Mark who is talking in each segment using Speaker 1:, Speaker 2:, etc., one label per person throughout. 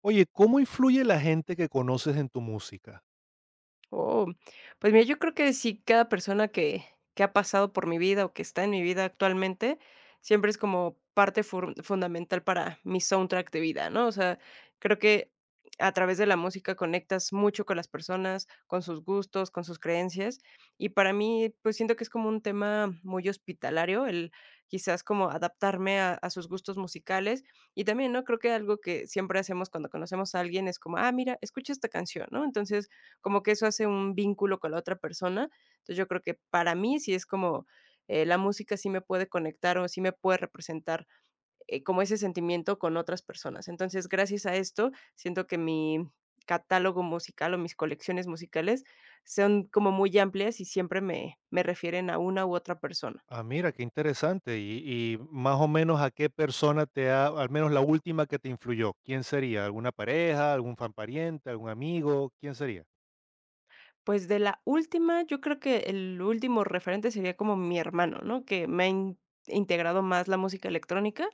Speaker 1: Oye, ¿cómo influye la gente que conoces en tu música?
Speaker 2: Oh, pues mira, yo creo que sí, cada persona que ha pasado por mi vida, o que está en mi vida actualmente, siempre es como parte fur fundamental para mi soundtrack de vida, ¿no? O sea, creo que a través de la música conectas mucho con las personas, con sus gustos, con sus creencias, y para mí, pues, siento que es como un tema muy hospitalario, el quizás como adaptarme a sus gustos musicales, y también, ¿no? Creo que algo que siempre hacemos cuando conocemos a alguien es como: "Ah, mira, escucha esta canción", ¿no? Entonces, como que eso hace un vínculo con la otra persona. Entonces, yo creo que para mí sí es como, la música sí me puede conectar o sí me puede representar, como ese sentimiento con otras personas. Entonces, gracias a esto, siento que mi catálogo musical o mis colecciones musicales son como muy amplias y siempre me refieren a una u otra persona.
Speaker 1: Ah, mira, qué interesante. Y más o menos a qué persona te ha, al menos la última que te influyó, ¿quién sería? ¿Alguna pareja, algún fan pariente, algún amigo? ¿Quién sería?
Speaker 2: Pues de la última, yo creo que el último referente sería como mi hermano, ¿no? Que me ha integrado más la música electrónica,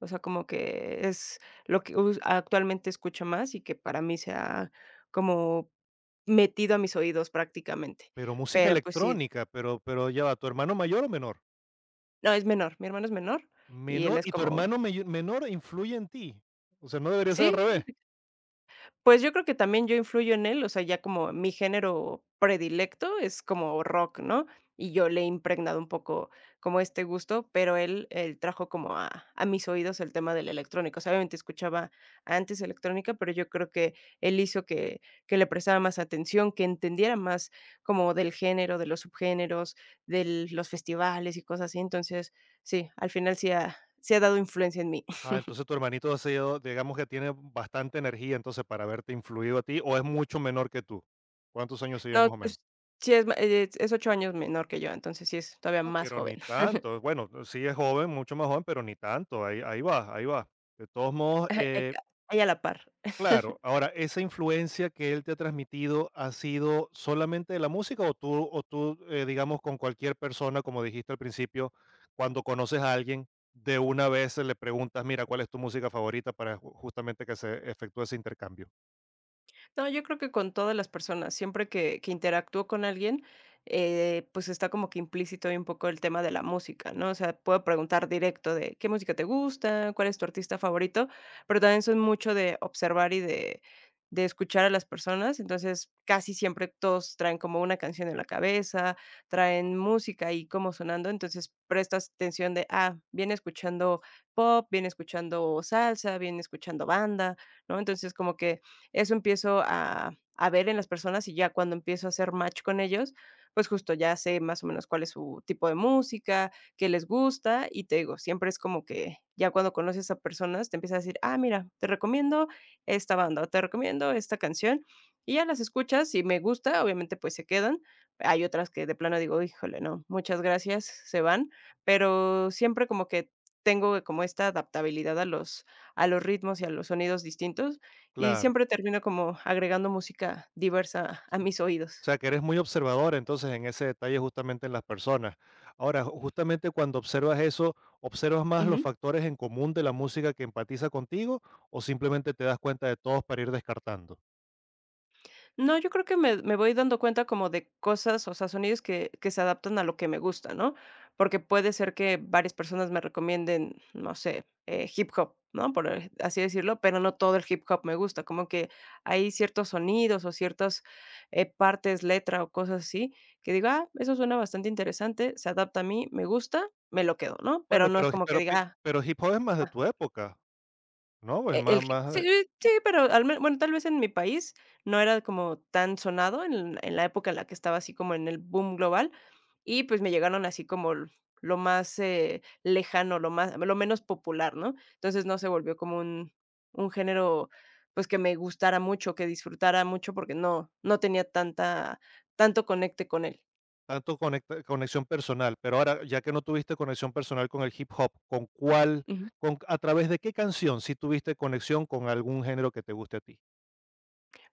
Speaker 2: o sea, como que es lo que actualmente escucho más y que para mí se ha como metido a mis oídos prácticamente.
Speaker 1: Pero música
Speaker 2: Pero pues sí,
Speaker 1: electrónica, pero ya va, ¿tu hermano mayor o menor?
Speaker 2: no, es menor, mi hermano es menor y él
Speaker 1: Menor,
Speaker 2: es
Speaker 1: y tu
Speaker 2: como,
Speaker 1: hermano menor influye en ti. O sea, no debería ser al
Speaker 2: sí,
Speaker 1: revés.
Speaker 2: fíjate. Pues yo creo que también yo influyo en él, o sea, ya como mi género predilecto es como rock, ¿no? Y yo le he impregnado un poco como este gusto, pero él trajo como a mis oídos el tema del electrónico. O sea, obviamente escuchaba antes electrónica, pero yo creo que él hizo que le prestara más atención, que entendiera más como del género, de los subgéneros, de los festivales y cosas así. Entonces, sí, al final sí ha, sí ha dado influencia en mí.
Speaker 1: Ah, entonces tu hermanito ha sido, digamos que tiene bastante energía entonces para haberte influido a ti, o es mucho menor que tú. ¿Cuántos años sería
Speaker 2: No,
Speaker 1: más o menos?
Speaker 2: pues, sí es ma es 8 años menor que yo, entonces sí es todavía
Speaker 1: No,
Speaker 2: más
Speaker 1: pero
Speaker 2: joven.
Speaker 1: ni tanto. Bueno, sí es joven, mucho más joven, pero ni tanto. Ahí, ahí va, ahí va. De todos modos,
Speaker 2: Ajá, hay a la par.
Speaker 1: claro. Ahora, ¿esa influencia que él te ha transmitido ha sido solamente de la música o tú digamos, con cualquier persona, como dijiste al principio, cuando conoces a alguien, de una vez le preguntas, mira, ¿cuál es tu música favorita para justamente que se efectúe ese intercambio?
Speaker 2: No, yo creo que con todas las personas, siempre que interactúo con alguien, pues, está como que implícito ahí un poco el tema de la música, ¿no? O sea, puedo preguntar directo de: "¿Qué música te gusta? ¿Cuál es tu artista favorito?". Pero también soy mucho de observar y de escuchar a las personas, entonces, casi siempre todos traen como una canción en la cabeza, traen música ahí como sonando, entonces, prestas atención de: "Ah, viene escuchando pop, viene escuchando salsa, viene escuchando banda", ¿no? Entonces, como que eso empiezo a ver en las personas y ya cuando empiezo a hacer match con ellos, pues justo ya sé más o menos cuál es su tipo de música, qué les gusta y te digo, siempre es como que ya cuando conoces a personas te empiezas a decir, ah, mira, te recomiendo esta banda o te recomiendo esta canción y ya las escuchas y me gusta, obviamente pues se quedan. Hay otras que de plano digo, híjole, no, muchas gracias, se van, pero siempre como que tengo como esta adaptabilidad a los ritmos y a los sonidos distintos y
Speaker 1: Claro.
Speaker 2: siempre termino como agregando música diversa a mis
Speaker 1: O
Speaker 2: oídos.
Speaker 1: sea, que eres muy observador entonces en ese detalle justamente en las personas. Ahora, justamente cuando observas eso, ¿observas más los
Speaker 2: Ujú.
Speaker 1: factores en común de la música que empatiza contigo o simplemente te das cuenta de todos para ir descartando?
Speaker 2: No, yo creo que me voy dando cuenta como de cosas, o sea, sonidos que se adaptan a lo que me gusta, ¿no? Porque puede ser que varias personas me recomienden, no sé, hip hop, ¿no? Por, así decirlo, pero no todo el hip hop me gusta, como que hay ciertos sonidos o ciertas, partes, letra o cosas así, que digo: "Ah, eso suena bastante interesante, se adapta a mí, me gusta, me lo quedo", ¿no?
Speaker 1: Bueno,
Speaker 2: Pero no es
Speaker 1: pero,
Speaker 2: como que
Speaker 1: pero, pi-
Speaker 2: diga,
Speaker 1: pero hip hop es más de
Speaker 2: ah.
Speaker 1: tu época, ¿no? Es
Speaker 2: E el
Speaker 1: más,
Speaker 2: hip
Speaker 1: más
Speaker 2: sí,
Speaker 1: de-
Speaker 2: sí, pero al men bueno, tal vez en mi país no era como tan sonado en la época en la que estaba así como en el boom global, y pues me llegaron así como lo más, lejano, lo menos popular, ¿no? Entonces no se volvió como un género, pues, que me gustara mucho, que disfrutara mucho, porque no tenía tanta tanto conecte con él.
Speaker 1: Conexión personal. Pero ahora, ya que no tuviste conexión personal con el hip hop, con, ¿a través de qué canción sí tuviste conexión con algún género que te guste a ti?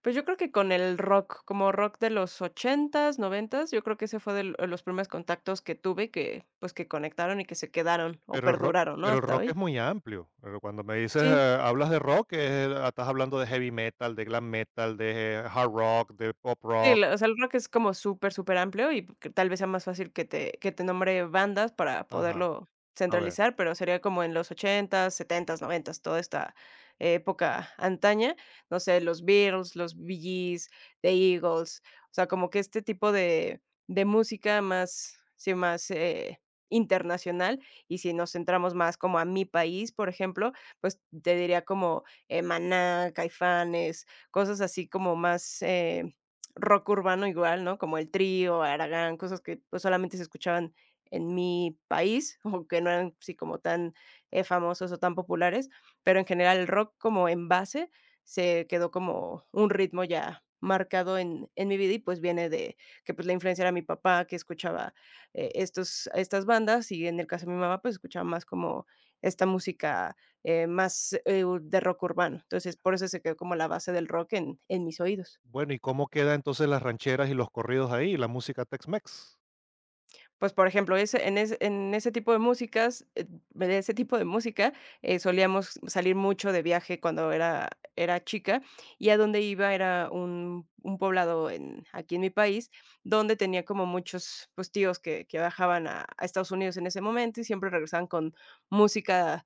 Speaker 2: Pues yo creo que con el rock, como rock de los ochentas noventas yo creo que ese fue del de los primeros contactos que tuve que, pues, que conectaron y que se quedaron o
Speaker 1: Pero el rock
Speaker 2: perduraron, ¿no?
Speaker 1: pero el
Speaker 2: Hasta
Speaker 1: rock es
Speaker 2: hoy.
Speaker 1: muy amplio, pero cuando me dices,
Speaker 2: Sí.
Speaker 1: hablas de rock, estás hablando de heavy metal, de glam metal, de hard rock, de pop
Speaker 2: Sí,
Speaker 1: rock.
Speaker 2: la o sea, el rock es como súper, súper amplio y que tal vez sea más fácil que te nombre bandas para
Speaker 1: Ajá,
Speaker 2: poderlo
Speaker 1: a ver.
Speaker 2: centralizar, pero sería como en los ochentas, setentas, noventas, toda esta época antaña, no sé, los Beatles, los Bee Gees, The Eagles, o sea, como que este tipo de música más, sí, más, internacional, y si nos centramos más como a mi país, por ejemplo, pues te diría como, Maná, Caifanes, cosas así como más, rock urbano igual, ¿no? Como El Trío, Aragán, cosas que, pues, solamente se escuchaban en mi país, o que no eran así como tan, famosos o tan populares, pero en general el rock como en base se quedó como un ritmo ya marcado en mi vida y, pues, viene de que, pues, la influencia era mi papá, que escuchaba, estos estas bandas, y en el caso de mi mamá, pues, escuchaba más como esta música, más, de rock urbano. Entonces, por eso se quedó como la base del rock en mis oídos.
Speaker 1: Bueno, ¿y cómo queda entonces las rancheras y los corridos ahí, la música Tex-Mex?
Speaker 2: Pues, por ejemplo, ese en ese tipo de músicas, de ese tipo de música, solíamos salir mucho de viaje cuando era chica, y a donde iba era un poblado en aquí en mi país, donde tenía como muchos, pues, tíos que viajaban a Estados Unidos en ese momento, y siempre regresaban con música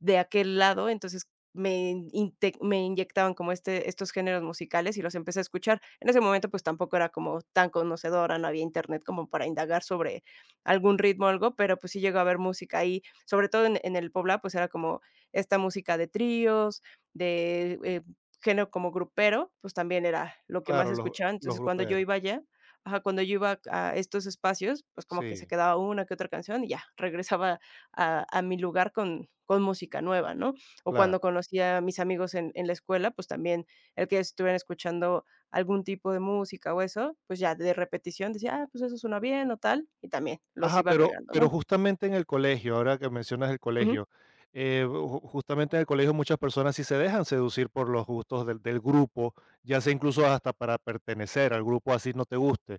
Speaker 2: de aquel lado, entonces me inyectaban como este estos géneros musicales y los empecé a escuchar. En ese momento, pues, tampoco era como tan conocedora, no había Internet como para indagar sobre algún ritmo o algo, pero, pues, sí llegó a haber música ahí, sobre todo en el Puebla, pues, era como esta música de tríos, de, género como grupero, pues, también era lo que más
Speaker 1: Claro,
Speaker 2: escuchaba.
Speaker 1: los
Speaker 2: Entonces, cuando yo
Speaker 1: gruperos.
Speaker 2: iba allá ajá, cuando yo iba a estos espacios, pues, como que se
Speaker 1: Sí,
Speaker 2: quedaba una que otra canción y ya, regresaba a mi lugar con música nueva, ¿no? O
Speaker 1: claro.
Speaker 2: cuando conocí a mis amigos en la escuela, pues también el que estuvieran escuchando algún tipo de música o eso, pues ya de repetición decía: "Ah, pues eso suena bien o tal", y también los
Speaker 1: Ajá,
Speaker 2: iba
Speaker 1: pero
Speaker 2: agregando,
Speaker 1: pero
Speaker 2: ¿no?
Speaker 1: justamente en el colegio, ahora que mencionas el
Speaker 2: Ujú,
Speaker 1: colegio, ju justamente en el colegio muchas personas sí se dejan seducir por los gustos del grupo, ya sea incluso hasta para pertenecer al grupo, así no te guste.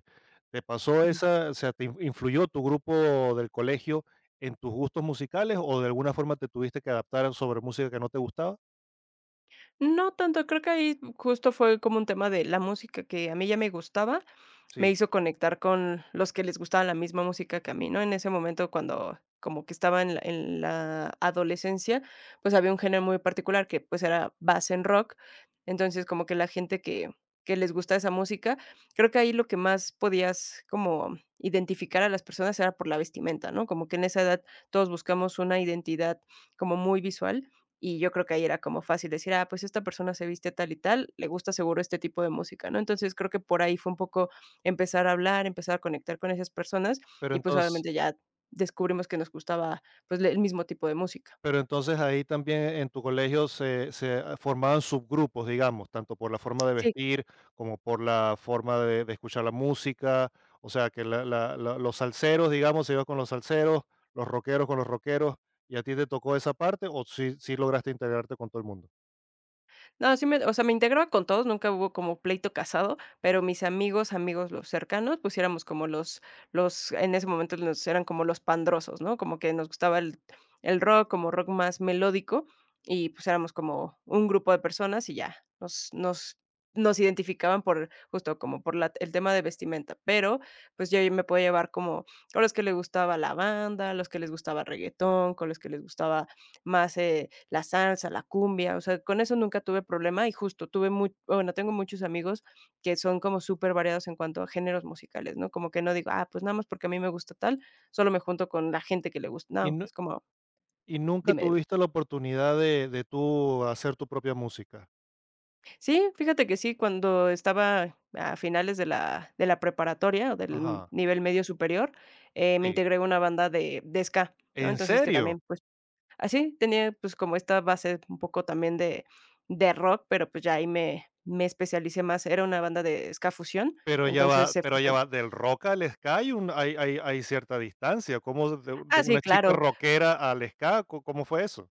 Speaker 1: ¿Te pasó
Speaker 2: ujú.
Speaker 1: esa, o sea, te in influyó tu grupo del colegio en tus gustos musicales o de alguna forma te tuviste que adaptar sobre música que no te gustaba?
Speaker 2: No tanto, creo que ahí justo fue como un tema de la música que a mí ya me gustaba. Me
Speaker 1: Sí,
Speaker 2: hizo conectar con los que les gustaba la misma música que a mí, ¿no? En ese momento, cuando como que estaba en la adolescencia, pues, había un género muy particular que, pues, era base en rock. Entonces, como que la gente que les gusta esa música, creo que ahí lo que más podías como identificar a las personas era por la vestimenta, ¿no? Como que en esa edad todos buscamos una identidad como muy visual, y yo creo que ahí era como fácil decir: "Ah, pues, esta persona se viste tal y tal, le gusta seguro este tipo de música", ¿no? Entonces, creo que por ahí fue un poco empezar a hablar, empezar a conectar con esas personas
Speaker 1: pero
Speaker 2: y, pues,
Speaker 1: entonces
Speaker 2: obviamente ya descubrimos que nos gustaba, pues, le el mismo tipo de música.
Speaker 1: Pero entonces ahí también en tu colegio se formaban subgrupos, digamos, tanto por la forma de
Speaker 2: Sí.
Speaker 1: vestir como por la forma de escuchar la música, o sea, que la la la los salseros, digamos, se iban con los salseros, los rockeros con los rockeros, ¿y a ti te tocó esa parte o sí lograste integrarte con todo el mundo?
Speaker 2: No, sí me o sea, me integraba con todos, nunca hubo como pleito casado, pero mis amigos, amigos, los cercanos, pues sí éramos como los en ese momento nos eran como los pandrosos, ¿no? Como que nos gustaba el rock, como rock más melódico, y pues éramos como un grupo de personas y ya, nos identificaban por justo como por la el tema de vestimenta, pero pues yo me podía llevar como con los que les gustaba la banda, los que les gustaba el reguetón, con los que les gustaba más, la salsa, la cumbia, o sea, con eso nunca tuve problema y justo tuve mu bueno, tengo muchos amigos que son como súper variados en cuanto a géneros musicales, ¿no? Como que no digo: "Ah, pues nada más porque a mí me gusta tal, solo me junto con la gente que le gusta",
Speaker 1: ¿Y
Speaker 2: no,
Speaker 1: nu
Speaker 2: es como
Speaker 1: ¿Y nunca
Speaker 2: dime.
Speaker 1: tuviste la oportunidad de tú hacer tu propia música?
Speaker 2: Sí, fíjate que sí, cuando estaba a finales de la preparatoria o del
Speaker 1: Ajá,
Speaker 2: nivel medio superior, me
Speaker 1: sí.
Speaker 2: integré a una banda de ska, ¿no?
Speaker 1: ¿En
Speaker 2: Entonces, que
Speaker 1: serio?
Speaker 2: también, pues. Así, tenía, pues, como esta base un poco también de rock, pero, pues, ya ahí me especialicé más. Era una banda de ska fusión, entonces se
Speaker 1: Pero ya
Speaker 2: fusion
Speaker 1: va, del rock al ska hay un hay hay hay cierta distancia, ¿cómo de
Speaker 2: ah,
Speaker 1: una
Speaker 2: sí,
Speaker 1: chica
Speaker 2: claro.
Speaker 1: rockera al ska? ¿Co ¿Cómo fue eso?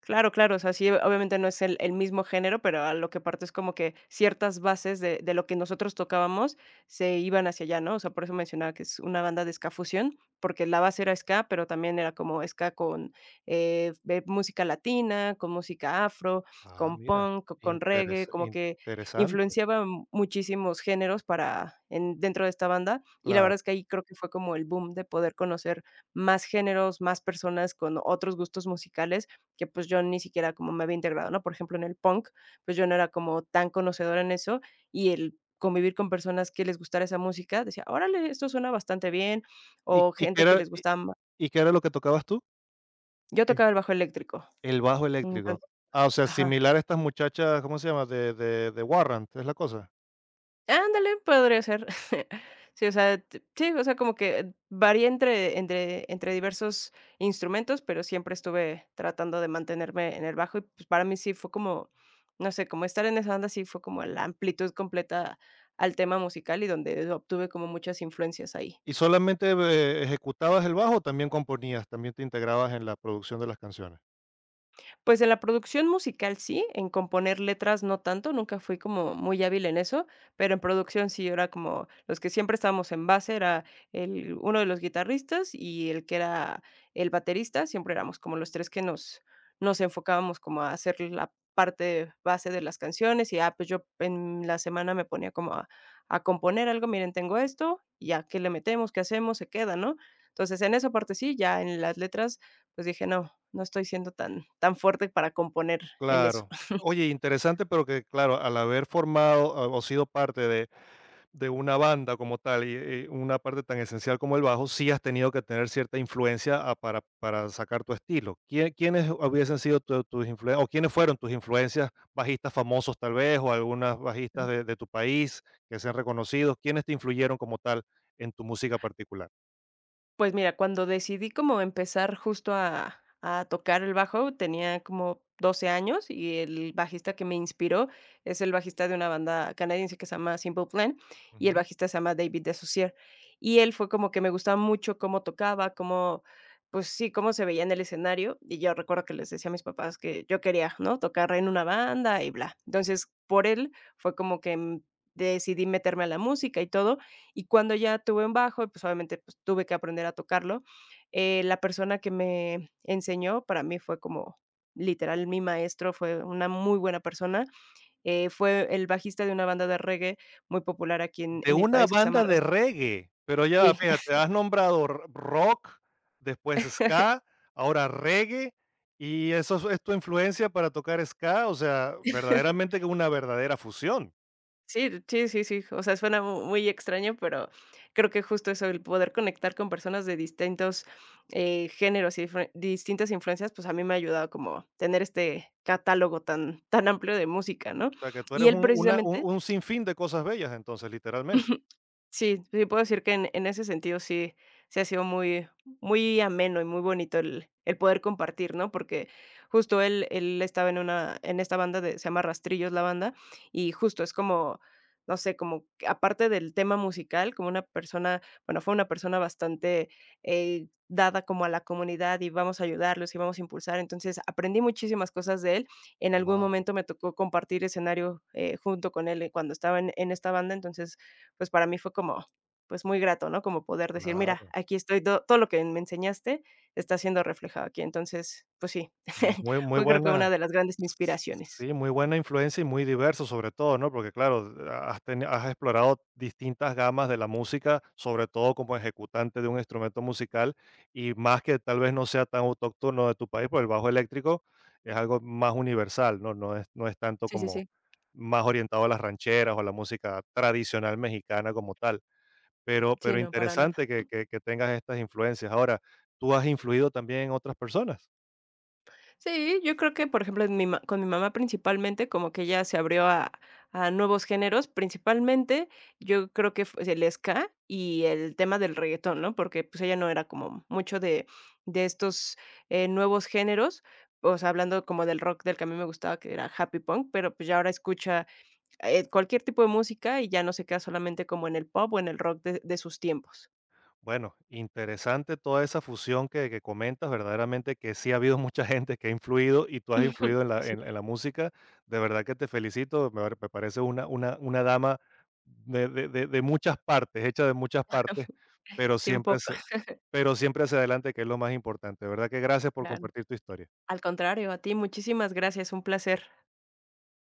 Speaker 2: Claro, claro, o sea, sí, obviamente no es el mismo género, pero a lo que parto es como que ciertas bases de lo que nosotros tocábamos se iban hacia allá, ¿no? O sea, por eso mencionaba que es una banda de ska fusión, porque la base era ska, pero también era como ska con, de música latina, con música afro,
Speaker 1: Ah,
Speaker 2: con
Speaker 1: mira,
Speaker 2: punk, con reggae, como que
Speaker 1: interesante,
Speaker 2: influenciaba muchísimos géneros para en dentro de esta banda, y la
Speaker 1: claro.
Speaker 2: verdad es que ahí creo que fue como el boom de poder conocer más géneros, más personas con otros gustos musicales, que pues yo ni siquiera como me había integrado, ¿no? Por ejemplo, en el punk, pues yo no era como tan conocedora en eso, y el convivir con personas que les gustara esa música, decía: "Órale, esto suena bastante bien",
Speaker 1: ¿Y
Speaker 2: o
Speaker 1: y qué
Speaker 2: gente que
Speaker 1: era
Speaker 2: les
Speaker 1: y
Speaker 2: gustaba ma
Speaker 1: ¿Y qué era lo que tocabas tú?
Speaker 2: yo
Speaker 1: ¿Qué?
Speaker 2: tocaba el bajo eléctrico,
Speaker 1: El bajo eléctrico.
Speaker 2: entonces
Speaker 1: Ah, o sea,
Speaker 2: ajá.
Speaker 1: similar a estas muchachas, ¿cómo se llama? De Warrant, ¿es la cosa?
Speaker 2: Ándale, podría ser. Sí, o sea, t sí, o sea, como que varía entre diversos instrumentos, pero siempre estuve tratando de mantenerme en el bajo y, pues, para mí sí fue como, no sé, como estar en esa banda sí fue como la amplitud completa al tema musical y donde obtuve como muchas influencias ahí.
Speaker 1: ¿Y solamente, ejecutabas el bajo o también componías, también te integrabas en la producción de las canciones?
Speaker 2: Pues en la producción musical sí, en componer letras no tanto, nunca fui como muy hábil en eso, pero en producción sí, era como los que siempre estábamos en base, era el uno de los guitarristas y el que era el baterista, siempre éramos como los 3 que nos enfocábamos como a hacer la parte base de las canciones y, ah, pues yo en la semana me ponía como a componer algo, miren, tengo esto, ya a qué le metemos, qué hacemos, se queda, ¿no? Entonces, en esa parte sí, ya en las letras, pues dije: "No, no estoy siendo tan, tan fuerte para componer en eso".
Speaker 1: Claro. Oye, interesante, pero que claro, al haber formado o sido parte de una banda como tal y, una parte tan esencial como el bajo, sí has tenido que tener cierta influencia para sacar tu estilo. ¿Quiénes hubiesen sido tus influencias o quiénes fueron tus influencias, bajistas famosos tal vez o algunas bajistas de tu país que sean reconocidos? ¿Quiénes te influyeron como tal en tu música particular?
Speaker 2: Pues mira, cuando decidí como empezar justo a tocar el bajo, tenía como 12 años, y el bajista que me inspiró es el bajista de una banda canadiense que se llama Simple Plan, y el bajista se llama David DeSussier. Y él fue como que me gustaba mucho cómo tocaba, cómo, pues sí, cómo se veía en el escenario, y yo recuerdo que les decía a mis papás que yo quería, ¿no?, tocar en una banda y bla. Entonces, por él fue como que, decidí meterme a la música y todo, y cuando ya tuve un bajo, pues, obviamente, pues, tuve que aprender a tocarlo. La persona que me enseñó, para mí fue como literal mi maestro, fue una muy buena persona. Fue el bajista de una banda de reggae muy popular aquí en
Speaker 1: De
Speaker 2: en mi
Speaker 1: una
Speaker 2: país que se llama
Speaker 1: banda de
Speaker 2: Ras.
Speaker 1: reggae, pero ya va,
Speaker 2: Sí.
Speaker 1: fíjate, has nombrado r rock, después ska, ahora reggae, y eso es tu influencia para tocar ska, o sea, verdaderamente que una verdadera fusión.
Speaker 2: Sí, sí, sí, sí. O sea, suena mu muy extraño, pero creo que justo eso, el poder conectar con personas de distintos, géneros y difre distintas influencias, pues, a mí me ha ayudado como tener este catálogo tan tan amplio de música, ¿no?
Speaker 1: O sea, que tú
Speaker 2: Y
Speaker 1: eres
Speaker 2: él
Speaker 1: un una
Speaker 2: precisamente.
Speaker 1: un sinfín de cosas bellas, entonces, literalmente.
Speaker 2: Sí, sí puedo decir que en ese sentido sí, se ha sido muy muy ameno y muy bonito el poder compartir, ¿no? Porque justo él estaba en una en esta banda de se llama Rastrillos la banda, y justo es como, no sé, como que aparte del tema musical, como una persona, bueno, fue una persona bastante, dada como a la comunidad y vamos a ayudarlos y vamos a impulsar. Entonces, aprendí muchísimas cosas de él. En algún
Speaker 1: Wow,
Speaker 2: momento me tocó compartir escenario, junto con él, cuando estaba en esta banda, entonces pues, para mí fue como, pues, muy grato, ¿no? Como poder decir: "Mira,
Speaker 1: claro.
Speaker 2: aquí estoy, todo todo lo que me enseñaste está siendo reflejado aquí". Entonces, pues sí,
Speaker 1: Muy muy
Speaker 2: fue creo que
Speaker 1: buena
Speaker 2: una de las grandes inspiraciones.
Speaker 1: Sí, muy buena influencia y muy diverso sobre todo, ¿no? Porque claro, has, has explorado distintas gamas de la música, sobre todo como ejecutante de un instrumento musical, y más que tal vez no sea tan autóctono de tu país, pues el bajo eléctrico es algo más universal, ¿no? No es, no es tanto
Speaker 2: Sí, sí,
Speaker 1: como
Speaker 2: sí.
Speaker 1: más orientado a las rancheras o a la música tradicional mexicana como tal.
Speaker 2: Sí,
Speaker 1: Pero
Speaker 2: no, para nada.
Speaker 1: interesante que, que tengas estas influencias. Ahora, ¿tú has influido también en otras personas?
Speaker 2: Sí, yo creo que, por ejemplo, en mi ma con mi mamá principalmente, como que ella se abrió a nuevos géneros, principalmente, yo creo que fue el ska y el tema del reguetón, ¿no? Porque, pues, ella no era como mucho de estos, nuevos géneros, o sea, hablando como del rock del que a mí me gustaba, que era happy punk, pero, pues, ya ahora escucha, cualquier tipo de música y ya no se queda solamente como en el pop o en el rock de sus tiempos.
Speaker 1: Bueno, interesante toda esa fusión que comentas, verdaderamente que sí ha habido mucha gente que ha influido y tú has
Speaker 2: Ujú.
Speaker 1: influido
Speaker 2: Sí,
Speaker 1: en la música. De verdad que te felicito, me parece una dama de, de muchas partes, hecha de muchas partes, pero
Speaker 2: sí, un
Speaker 1: siempre,
Speaker 2: poco.
Speaker 1: hacia- Pero siempre hacia adelante, que es lo más importante. De verdad que gracias por
Speaker 2: Claro.
Speaker 1: compartir tu historia.
Speaker 2: Al contrario, a ti, muchísimas gracias, un placer.